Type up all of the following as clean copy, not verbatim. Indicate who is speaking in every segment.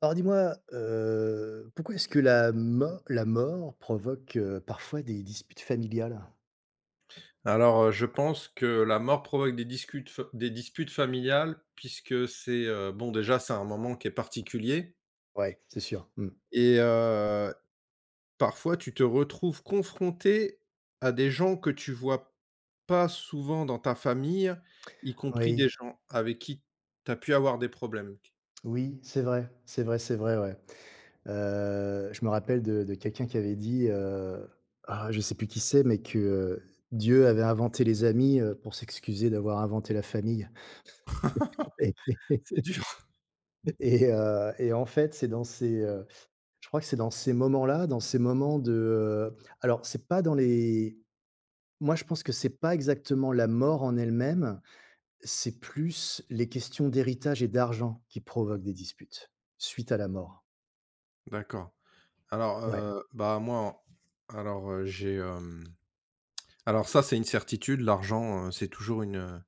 Speaker 1: Alors dis-moi, pourquoi est-ce que la mort provoque, parfois des disputes familiales?
Speaker 2: Alors, je pense que la mort provoque des discutes fa des disputes familiales puisque c'est, bon déjà c'est un moment qui est particulier
Speaker 1: Ouais, c'est sûr. Mmh.
Speaker 2: et parfois tu te retrouves confronté à des gens que tu vois pas souvent dans ta famille, y compris des
Speaker 1: Oui,
Speaker 2: gens avec qui tu as pu avoir des problèmes.
Speaker 1: oui, c'est vrai, c'est vrai, c'est vrai, ouais. Je me rappelle de quelqu'un qui avait dit, ah, je sais plus qui c'est, mais que, Dieu avait inventé les amis, pour s'excuser d'avoir inventé la famille et
Speaker 2: C'est dur.
Speaker 1: et en fait, c'est dans ces, je crois que c'est dans ces moments-là, dans ces moments de, alors c'est pas dans les Moi, je pense que c'est pas exactement la mort en elle-même, c'est plus les questions d'héritage et d'argent qui provoquent des disputes suite à la mort.
Speaker 2: D'accord. Alors,
Speaker 1: Ouais,
Speaker 2: bah, moi alors, j'ai, hem alors ça, c'est une certitude, l'argent, c'est toujours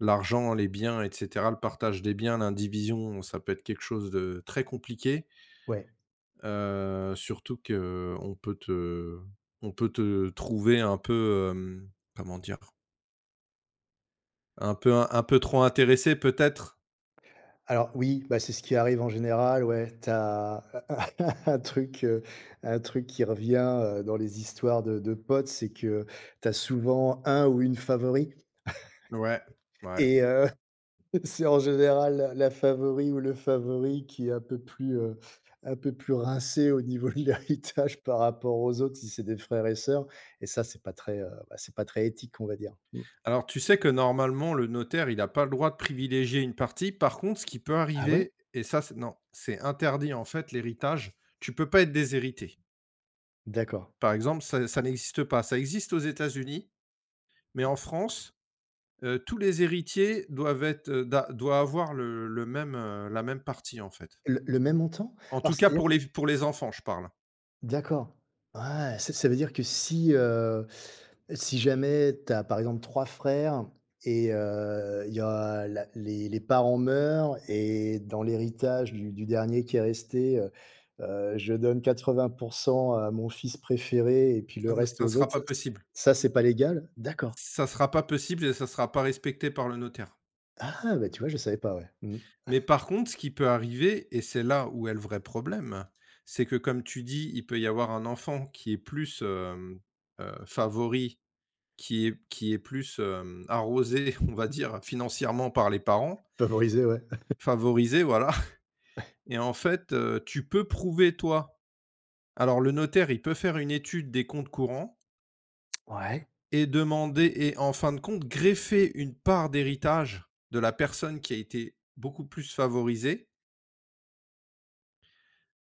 Speaker 2: l'argent, les biens et cetera, le partage des biens, l'indivision, ça peut être quelque chose de très compliqué,
Speaker 1: ouais.
Speaker 2: surtout qu'on peut te trouver un peu, comment dire? Un peu trop intéressé peut-être?
Speaker 1: Alors oui, bah, c'est ce qui arrive en général, ouais. T'as un truc, heu, un truc qui revient, dans les histoires de potes, c'est que t'as souvent un ou une favori
Speaker 2: Ouais, ouais.
Speaker 1: et c'est en général la favori ou le favori qui est un peu plus rincé au niveau de l'héritage par rapport aux autres si c'est des frères et sœurs et ça c'est pas très, bah, c'est pas très éthique on va dire. Mmh.
Speaker 2: Alors tu sais que normalement le notaire, il n'a pas le droit de privilégier une partie. Par contre, ce qui peut
Speaker 1: Ah ouais?
Speaker 2: arriver et ça, c'est non, c'est interdit en fait l'héritage, tu peux pas être déshérité.
Speaker 1: D'accord.
Speaker 2: Par exemple, ça n'existe pas. Ça existe aux États-Unis, mais en France, tous les héritiers doivent être, da doivent avoir la même partie, en fait.
Speaker 1: Le même montant?
Speaker 2: En
Speaker 1: Alors
Speaker 2: tout cas
Speaker 1: c'est
Speaker 2: pour les enfants, je parle.
Speaker 1: D'accord. Ouais, ça veut dire que si jamais tu as, par exemple, 3 frères et il y a la les parents meurent et dans l'héritage du dernier qui est resté, je donne 80% à mon fils préféré et puis
Speaker 2: Ça
Speaker 1: le
Speaker 2: ne
Speaker 1: reste
Speaker 2: ça ne
Speaker 1: aux
Speaker 2: sera
Speaker 1: autres, ça
Speaker 2: pas
Speaker 1: ça
Speaker 2: possible.
Speaker 1: ça, c'est pas légal? D'accord.
Speaker 2: Ça ne sera pas possible et ça ne sera pas respecté par le notaire.
Speaker 1: Ah, bah, tu vois, je savais pas, ouais. Mmh.
Speaker 2: Mais par contre, ce qui peut arriver et c'est là où est le vrai problème, c'est que comme tu dis, il peut y avoir un enfant qui est plus, favori, qui est plus, arrosé, on va dire, financièrement par les parents,
Speaker 1: Favoriser, ouais.
Speaker 2: favorisé, voilà. Et en fait, tu peux prouver toi alors le notaire, il peut faire une étude des comptes courants
Speaker 1: Ouais.
Speaker 2: et demander et en fin de compte greffer une part d'héritage de la personne qui a été beaucoup plus favorisée.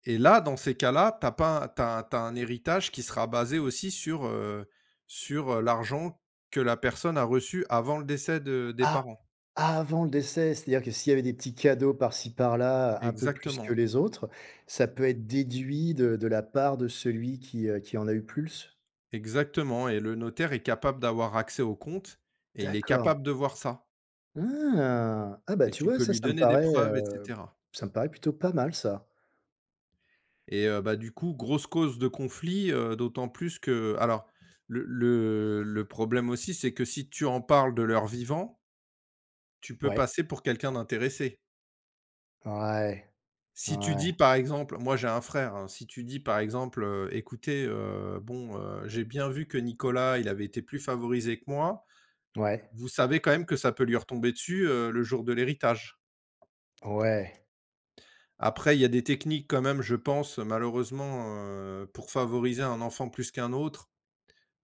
Speaker 2: Et là, dans ces cas-là, tu as pas un héritage qui sera basé aussi sur l'argent que la personne a reçu avant le décès de des
Speaker 1: Ah!
Speaker 2: parents.
Speaker 1: Avant le décès, c'est-à-dire que s'il y avait des petits cadeaux par-ci par-là, un peu plus que
Speaker 2: Exactement,
Speaker 1: les autres, ça peut être déduit de la part de celui qui en a eu plus?
Speaker 2: exactement, et le notaire est capable d'avoir accès aux comptes et il est
Speaker 1: D'accord.
Speaker 2: capable de voir ça
Speaker 1: Ah! Ah bah,
Speaker 2: et
Speaker 1: tu
Speaker 2: tu
Speaker 1: vois,
Speaker 2: peux
Speaker 1: ça,
Speaker 2: lui donner des preuves et cetera
Speaker 1: ça me paraît plutôt pas mal ça.
Speaker 2: et bah, du coup, grosse cause de conflit, d'autant plus que alors le problème aussi, c'est que si tu en parles de leur vivant, tu peux
Speaker 1: Ouais.
Speaker 2: passer pour quelqu'un d'intéressé.
Speaker 1: Ouais.
Speaker 2: Si tu dis
Speaker 1: Ouais.
Speaker 2: par exemple moi j'ai un frère, hein, si tu dis par exemple, «Écoutez, bon, j'ai bien vu que Nicolas, il avait été plus favorisé que moi»,
Speaker 1: Ouais.
Speaker 2: vous savez quand même que ça peut lui retomber dessus, le jour de l'héritage.
Speaker 1: Ouais.
Speaker 2: Après, il y a des techniques quand même, je pense, malheureusement, pour favoriser un enfant plus qu'un autre.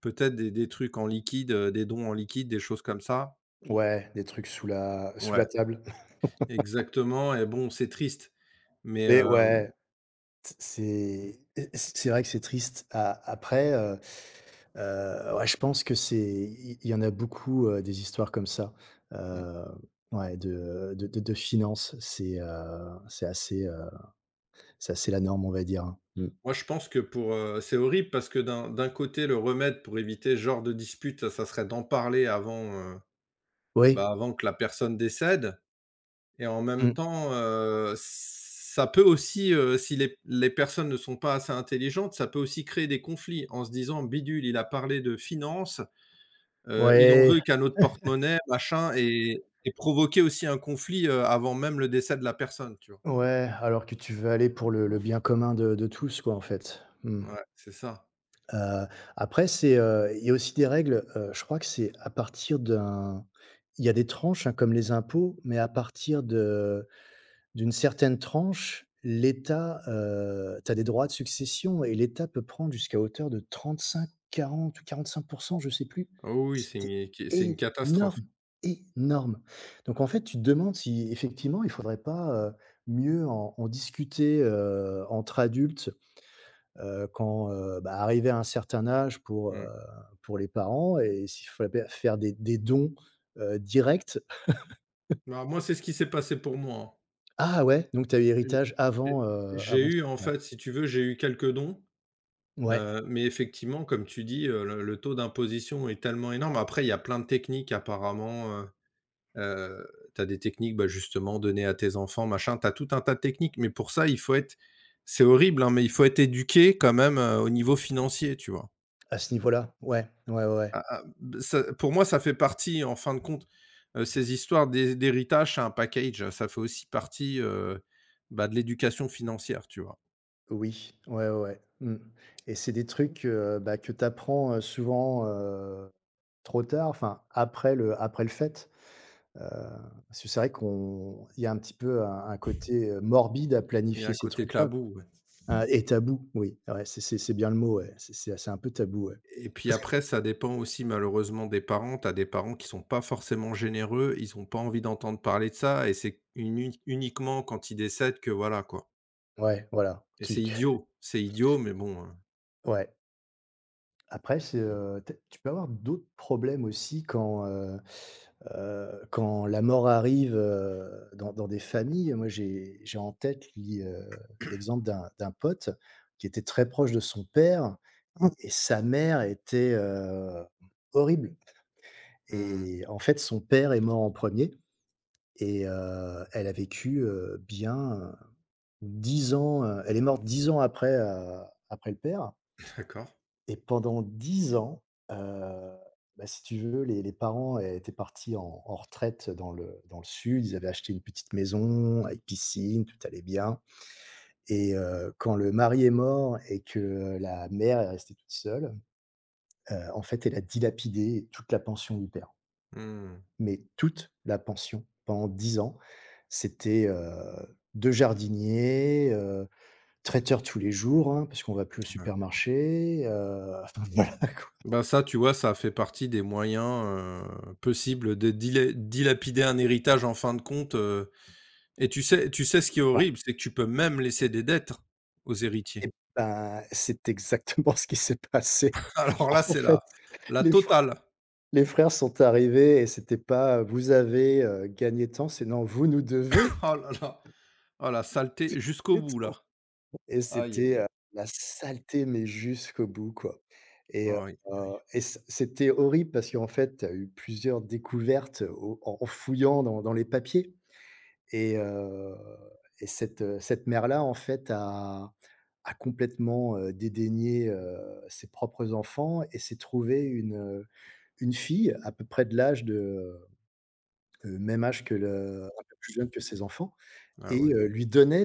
Speaker 2: Peut-être des trucs en liquide, des dons en liquide, des choses comme ça.
Speaker 1: Ouais, des trucs sous la
Speaker 2: Ouais,
Speaker 1: table.
Speaker 2: exactement et bon, c'est triste, mais
Speaker 1: Mais
Speaker 2: hem
Speaker 1: ouais, c'est c'est vrai que c'est triste. A après, ouais, je pense que c'est il y en a beaucoup, des histoires comme ça, heu, ouais, de finances. C'est assez la norme, on va dire, hein. Mmh.
Speaker 2: moi, je pense que c'est horrible parce que d'un côté, le remède pour éviter ce genre de dispute, ça serait d'en parler avant, heu, bah,
Speaker 1: Oui.
Speaker 2: avant que la personne décède et en même
Speaker 1: Mmh.
Speaker 2: temps, ça peut aussi, si les personnes ne sont pas assez intelligentes, ça peut aussi créer des conflits en se disant: «Bidule, il a parlé de finances, il en
Speaker 1: Ouais,
Speaker 2: veut qu'à notre porte-monnaie, machin» et provoquer aussi un conflit, avant même le décès de la personne, tu vois?
Speaker 1: ouais, alors que tu veux aller pour le bien commun de tous, quoi, en fait. Mmh.
Speaker 2: Ouais, c'est ça.
Speaker 1: Heu, après il y a aussi des règles, je crois que c'est à partir d'un il y a des tranches, hein, comme les impôts, mais à partir de D'une certaine tranche, l'État, tu as des droits de succession et l'État peut prendre jusqu'à hauteur de 35-40 ou 45 je sais plus.
Speaker 2: Ah oui, oui, c'est
Speaker 1: C'était
Speaker 2: une c'est une catastrophe.
Speaker 1: énorme, énorme. Donc en fait, tu te demandes si effectivement, il faudrait pas, mieux en discuter, entre adultes, quand, bah, arrivé à un certain âge
Speaker 2: Mmh.
Speaker 1: pour les parents et s'il fallait pas faire des dons, directs.
Speaker 2: Bah, moi, c'est ce qui s'est passé pour moi.
Speaker 1: Ah ouais, donc tu as eu
Speaker 2: J
Speaker 1: héritage
Speaker 2: j j'ai
Speaker 1: avant
Speaker 2: eu, en
Speaker 1: ouais.
Speaker 2: fait, si tu veux, j'ai eu quelques dons,
Speaker 1: Ouais.
Speaker 2: mais effectivement, comme tu dis, le taux d'imposition est tellement énorme. Après, il y a plein de techniques apparemment, tu as des techniques, bah, justement, données à tes enfants, machin. Tu as tout un tas de techniques, mais pour ça, il faut être c'est horrible, hein, mais il faut être éduqué quand même, au niveau financier, tu vois?
Speaker 1: À ce niveau-là? Ouais, ouais, ouais. ouais.
Speaker 2: Ah, ah, b ça pour moi, ça fait partie, en fin de compte, ces histoires d'héritage, c'est un package, ça fait aussi partie, bah, de l'éducation financière, tu vois?
Speaker 1: Oui, ouais, ouais, ouais. Mmh. Et c'est des trucs, bah, que tu apprends, souvent, trop tard, enfin après le fait. Heu, parce que c'est vrai qu'on il y a un petit peu un côté, morbide à
Speaker 2: Il y a
Speaker 1: planifier
Speaker 2: un
Speaker 1: ces
Speaker 2: côté
Speaker 1: trucs-là.
Speaker 2: tabou, ouais,
Speaker 1: Et tabou, oui, ouais, c'est bien le mot, ouais. C'est un peu tabou, ouais.
Speaker 2: et puis après, ça dépend aussi malheureusement des parents. Tu as des parents qui sont pas forcément généreux, ils ont pas envie d'entendre parler de ça et c'est uniquement quand ils décèdent que voilà, quoi,
Speaker 1: Ouais, voilà.
Speaker 2: et
Speaker 1: Tu tu
Speaker 2: c'est idiot mais bon,
Speaker 1: ouais. Après tu peux avoir d'autres problèmes aussi quand, quand la mort arrive, dans des familles. Moi, j'ai en tête li l'exemple d'un pote qui était très proche de son père. Mmh. Et sa mère était, horrible
Speaker 2: mmh.
Speaker 1: et en fait, son père est mort en premier et elle a vécu, bien, 10 ans, elle est morte 10 ans après, après le père.
Speaker 2: D'accord.
Speaker 1: Et pendant 10 ans, heu, bah, si tu veux, les parents étaient partis en retraite dans le sud. Ils avaient acheté une petite maison avec piscine, tout allait bien et quand le mari est mort et que la mère est restée toute seule, en fait, elle a dilapidé toute la pension du père.
Speaker 2: Mmh.
Speaker 1: Mais toute la pension pendant 10 ans. C'était, 2 jardiniers, traiteur tous les jours, hein, parce qu'on va plus au
Speaker 2: Ouais.
Speaker 1: supermarché, voilà, quoi.
Speaker 2: Bah, ça, tu vois, ça fait partie des moyens, possibles de dilapider un héritage en fin de compte, et tu sais ce qui est horrible? C'est que tu peux même laisser des dettes aux héritiers.
Speaker 1: Et ben, c'est exactement ce qui s'est passé.
Speaker 2: Alors là,
Speaker 1: En
Speaker 2: c'est
Speaker 1: fait,
Speaker 2: la
Speaker 1: les fr
Speaker 2: totale.
Speaker 1: les frères sont arrivés et c'était pas: «Vous avez, gagné tant», c'est: «Non, vous nous devez
Speaker 2: Oh là là! Oh la saleté jusqu'au
Speaker 1: gagner
Speaker 2: bout là.
Speaker 1: tant» et
Speaker 2: Aïe
Speaker 1: c'était,
Speaker 2: aïe aïe.
Speaker 1: heu, la saleté mais jusqu'au bout, quoi et heu
Speaker 2: Aïe aïe aïe.
Speaker 1: et c'était horrible parce qu'en fait, tu as eu plusieurs découvertes au en en fouillant dans les papiers. Et heu et cette mère-là, en fait, a complètement, dédaigné, ses propres enfants et s'est trouvée une fille à peu près de l'âge de, même âge que le un peu plus jeune que ses enfants
Speaker 2: Ah
Speaker 1: et
Speaker 2: ouais,
Speaker 1: lui donnait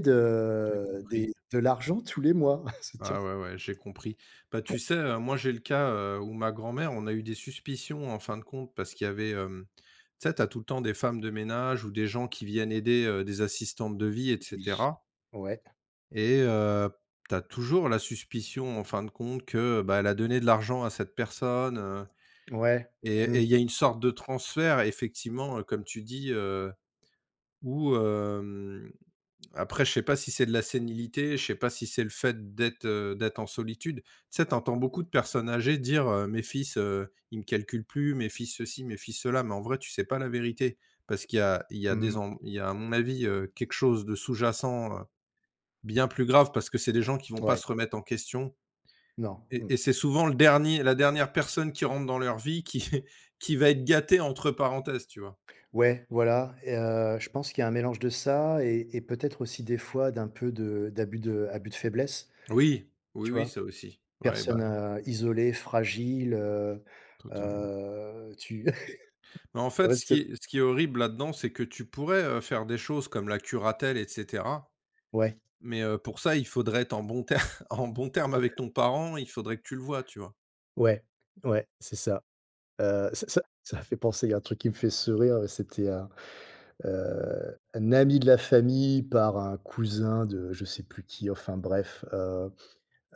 Speaker 2: j'ai
Speaker 1: de des
Speaker 2: compris.
Speaker 1: de l'argent tous les mois. Se dire
Speaker 2: Ah ouais, ouais, j'ai compris. Bah, tu sais, moi, j'ai le cas, où ma grand-mère, on a eu des suspicions en fin de compte parce qu'il y avait, tu sais, t'as tout le temps des femmes de ménage ou des gens qui viennent aider, des assistantes de vie et
Speaker 1: oui,
Speaker 2: cetera,
Speaker 1: ouais,
Speaker 2: et tu toujours la suspicion en fin de compte que, bah, elle a donné de l'argent à cette personne,
Speaker 1: ouais,
Speaker 2: et
Speaker 1: mmh,
Speaker 2: et il y a une sorte de transfert effectivement, comme tu dis, où, après, je sais pas si c'est de la sénilité, je sais pas si c'est le fait d'être en solitude. Tu sais, tu entends beaucoup de personnes âgées dire, «Mes fils, ils me calculent plus, mes fils ceci, mes fils cela», mais en vrai, tu sais pas la vérité parce qu'il y a il y a
Speaker 1: mmh,
Speaker 2: des en il y a à mon avis, quelque chose de sous-jacent, bien plus grave parce que c'est des gens qui vont pas
Speaker 1: ouais,
Speaker 2: se remettre en question
Speaker 1: non,
Speaker 2: et
Speaker 1: mmh.
Speaker 2: et c'est souvent le dernier la dernière personne qui rentre dans leur vie qui qui va être «gâtée» entre parenthèses, tu vois?
Speaker 1: Ouais, voilà et je pense qu'il y a un mélange de ça et peut-être aussi des fois d'un peu de d'abus de abus de faiblesse.
Speaker 2: Oui, oui,
Speaker 1: Tu
Speaker 2: oui,
Speaker 1: vois?
Speaker 2: ça aussi. Ouais,
Speaker 1: Personne,
Speaker 2: bah,
Speaker 1: heu, isolée, fragile, heu
Speaker 2: totalement.
Speaker 1: heu, tu
Speaker 2: Mais en
Speaker 1: Ah
Speaker 2: fait,
Speaker 1: ouais,
Speaker 2: ce qui
Speaker 1: c'est
Speaker 2: est ce qui est horrible là-dedans, c'est que tu pourrais, faire des choses comme la curatelle et cetera,
Speaker 1: ouais,
Speaker 2: mais pour ça, il faudrait être en bon ter en bon terme avec ton parent, il faudrait que tu le vois, tu vois?
Speaker 1: ouais, ouais, c'est ça. Ça fait penser à un truc qui me fait sourire, c'était un ami de la famille par un cousin de je sais plus qui, enfin bref, heu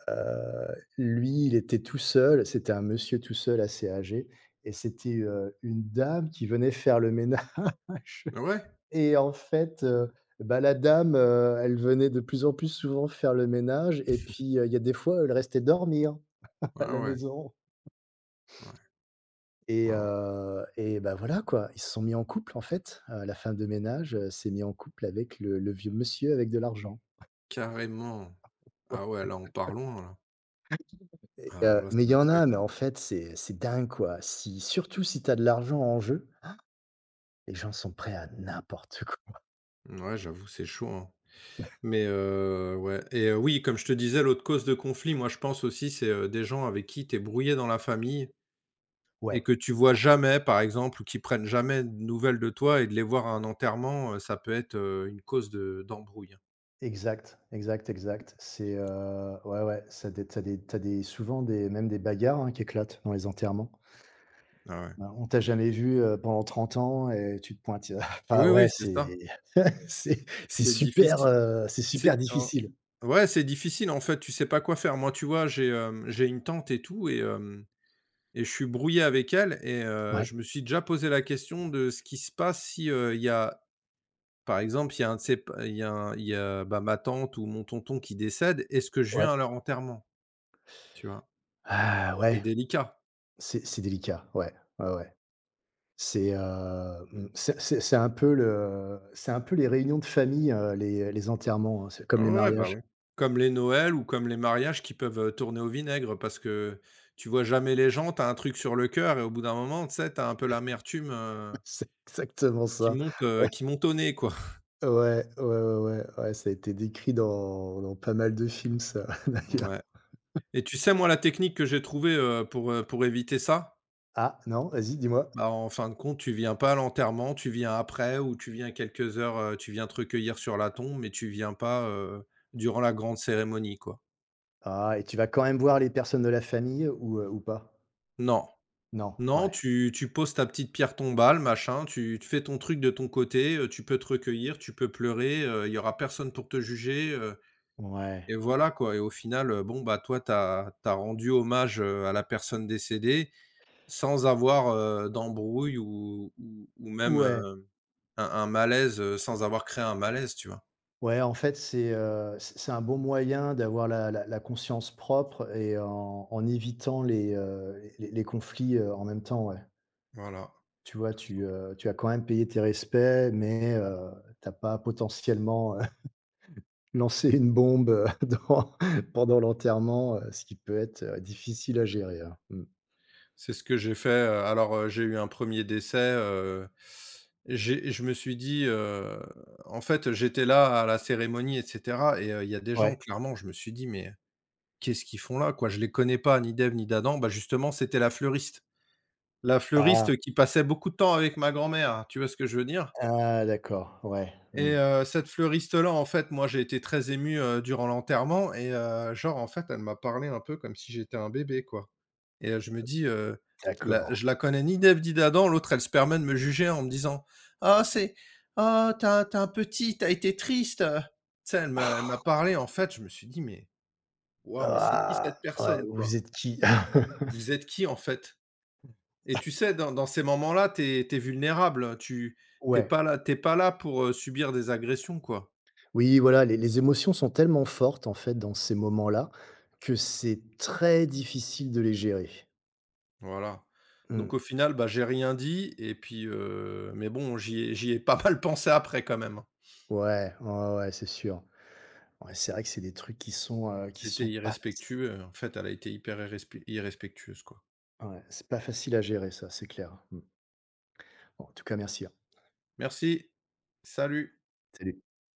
Speaker 1: heu, lui, il était tout seul, c'était un monsieur tout seul assez âgé et c'était, une dame qui venait faire le ménage.
Speaker 2: Ouais,
Speaker 1: Et en fait, bah, la dame, elle venait de plus en plus souvent faire le ménage et puis, il y a des fois, elle restait dormir
Speaker 2: ouais,
Speaker 1: à
Speaker 2: ouais,
Speaker 1: la
Speaker 2: ouais,
Speaker 1: maison et
Speaker 2: ouais, ouais,
Speaker 1: heu et bah, voilà, quoi. Ils se sont mis en couple, en fait. La femme de ménage, s'est mis en couple avec le vieux monsieur avec de l'argent.
Speaker 2: carrément.
Speaker 1: Ouais.
Speaker 2: Ah ouais, là, on part loin, là.
Speaker 1: et
Speaker 2: Alors
Speaker 1: heu,
Speaker 2: là,
Speaker 1: mais il
Speaker 2: c'est
Speaker 1: y en a,
Speaker 2: incroyable.
Speaker 1: mais en fait, c'est dingue, quoi. Si surtout si tu as de l'argent en jeu, les gens sont prêts à n'importe quoi.
Speaker 2: Ouais, j'avoue, c'est chaud, hein. Mais ouais et oui, comme je te disais, l'autre cause de conflit, moi, je pense aussi, c'est, des gens avec qui tu es brouillé dans la famille. Et que
Speaker 1: Ouais.
Speaker 2: tu vois jamais, par exemple, ou qui prennent jamais de nouvelles de toi et de les voir à un enterrement, ça peut être, une cause de d'embrouille.
Speaker 1: Exact, exact, exact. Ouais, ouais, ça des t'as des t'as des souvent des même des bagarres, hein, qui éclatent dans les enterrements.
Speaker 2: Ah ouais.
Speaker 1: On t'a jamais vu, pendant 30 ans et tu te pointes, enfin,
Speaker 2: Oui,
Speaker 1: ouais,
Speaker 2: oui, c'est ça.
Speaker 1: c'est c'est
Speaker 2: C'est difficile.
Speaker 1: c'est super
Speaker 2: C'est oh
Speaker 1: difficile.
Speaker 2: ouais, c'est difficile, en fait, tu sais pas quoi faire. Moi, tu vois, j'ai une tante et tout et je suis brouillé avec elle et
Speaker 1: Ouais,
Speaker 2: je me suis déjà posé la question de ce qui se passe si, il y a, par exemple, il y a, bah, ma tante ou mon tonton qui décède, est-ce que je
Speaker 1: ouais.
Speaker 2: viens à leur enterrement? Tu vois?
Speaker 1: Ah
Speaker 2: C'est
Speaker 1: ouais,
Speaker 2: délicat.
Speaker 1: c'est délicat, ouais, ouais, ouais. C'est un peu les réunions de famille, les enterrements, hein, c'est comme
Speaker 2: Ah
Speaker 1: les
Speaker 2: ouais, bah,
Speaker 1: mariages.
Speaker 2: ouais. Comme les Noëls ou comme les mariages qui peuvent, tourner au vinaigre parce que tu vois jamais les gens, t'as un truc sur le cœur et au bout d'un moment, tu sais, t'as un peu l'amertume,
Speaker 1: C'est exactement
Speaker 2: qui
Speaker 1: ça.
Speaker 2: monte, heu, qui monte au nez, quoi.
Speaker 1: Ouais, ouais, ouais, ouais, ouais, ça a été décrit dans pas mal de films ça, d'ailleurs.
Speaker 2: Ouais et tu sais, moi, la technique que j'ai trouvée, pour éviter ça?
Speaker 1: Ah non, vas-y, dis-moi?
Speaker 2: Bah, en fin de compte, tu viens pas à l'enterrement, tu viens après ou tu viens quelques heures, tu viens te recueillir sur la tombe mais tu viens pas, durant la grande cérémonie, quoi.
Speaker 1: Ah et tu vas quand même voir les personnes de la famille ou pas?
Speaker 2: Non.
Speaker 1: Non,
Speaker 2: Non,
Speaker 1: ouais,
Speaker 2: tu poses ta petite pierre tombale, machin, tu fais ton truc de ton côté, tu peux te recueillir, tu peux pleurer, il y aura personne pour te juger,
Speaker 1: ouais,
Speaker 2: et voilà, quoi, et au final, bon, bah, toi, tu as rendu hommage, à la personne décédée sans avoir, d'embrouille ou même,
Speaker 1: ouais,
Speaker 2: un malaise, sans avoir créé un malaise, tu vois?
Speaker 1: ouais, en fait, c'est, un bon moyen d'avoir la conscience propre et en évitant les conflits, en même temps, ouais.
Speaker 2: Voilà.
Speaker 1: Tu vois, tu, tu as quand même payé tes respects, mais, tu pas potentiellement, lancer une bombe, dans pendant l'enterrement, ce qui peut être, difficile à gérer, hein. Mmh.
Speaker 2: C'est ce que j'ai fait, alors, j'ai eu un premier décès, j'ai je me suis dit, en fait, j'étais là à la cérémonie et cetera et il y a des
Speaker 1: Ouais.
Speaker 2: gens, clairement, je me suis dit: «Mais qu'est-ce qu'ils font là, quoi?» Je les connais pas, ni d'Ève ni d'Adam. Bah, justement, c'était la fleuriste. La
Speaker 1: Ah!
Speaker 2: fleuriste qui passait beaucoup de temps avec ma grand-mère, tu vois ce que je veux dire?
Speaker 1: Ah d'accord, ouais. Mmh.
Speaker 2: Et cette fleuriste-là, en fait, moi, j'ai été très ému, durant l'enterrement et genre, en fait, elle m'a parlé un peu comme si j'étais un bébé, quoi, et je me dis, la
Speaker 1: D'accord.
Speaker 2: je la connais ni d'Ève ni d'Adam, l'autre, elle se permet de me juger en me disant: «Ah, c'est ah, t'as as tu un petit, t'as été triste». Tu sais, elle m'a parlé, en fait, je me suis dit: «Mais waouh, mais c'est qui
Speaker 1: Ah!
Speaker 2: cette
Speaker 1: Ouais,
Speaker 2: personne,
Speaker 1: vous
Speaker 2: quoi?
Speaker 1: êtes qui?
Speaker 2: Vous êtes qui, en fait?» Et tu sais, dans ces moments-là, t'es es vulnérable, tu
Speaker 1: Ouais.
Speaker 2: t'es pas là pour, subir des agressions, quoi.
Speaker 1: Oui, voilà, les émotions sont tellement fortes, en fait, dans ces moments-là, que c'est très difficile de les gérer.
Speaker 2: Voilà. Donc
Speaker 1: Mmh.
Speaker 2: au final, bah, j'ai rien dit et puis, mais bon, j'y ai pas mal pensé après quand même, hein.
Speaker 1: Ouais, ouais, ouais, c'est sûr. Ouais, c'est vrai que c'est des trucs qui sont, qui sont
Speaker 2: C'était
Speaker 1: pas faciles.
Speaker 2: irrespectueux, en fait, elle a été hyper irrespectueuse, quoi.
Speaker 1: Ouais, c'est pas facile à gérer ça, c'est clair. Mmh. Bon, en tout cas, merci, hein.
Speaker 2: Merci. Salut.
Speaker 1: Salut.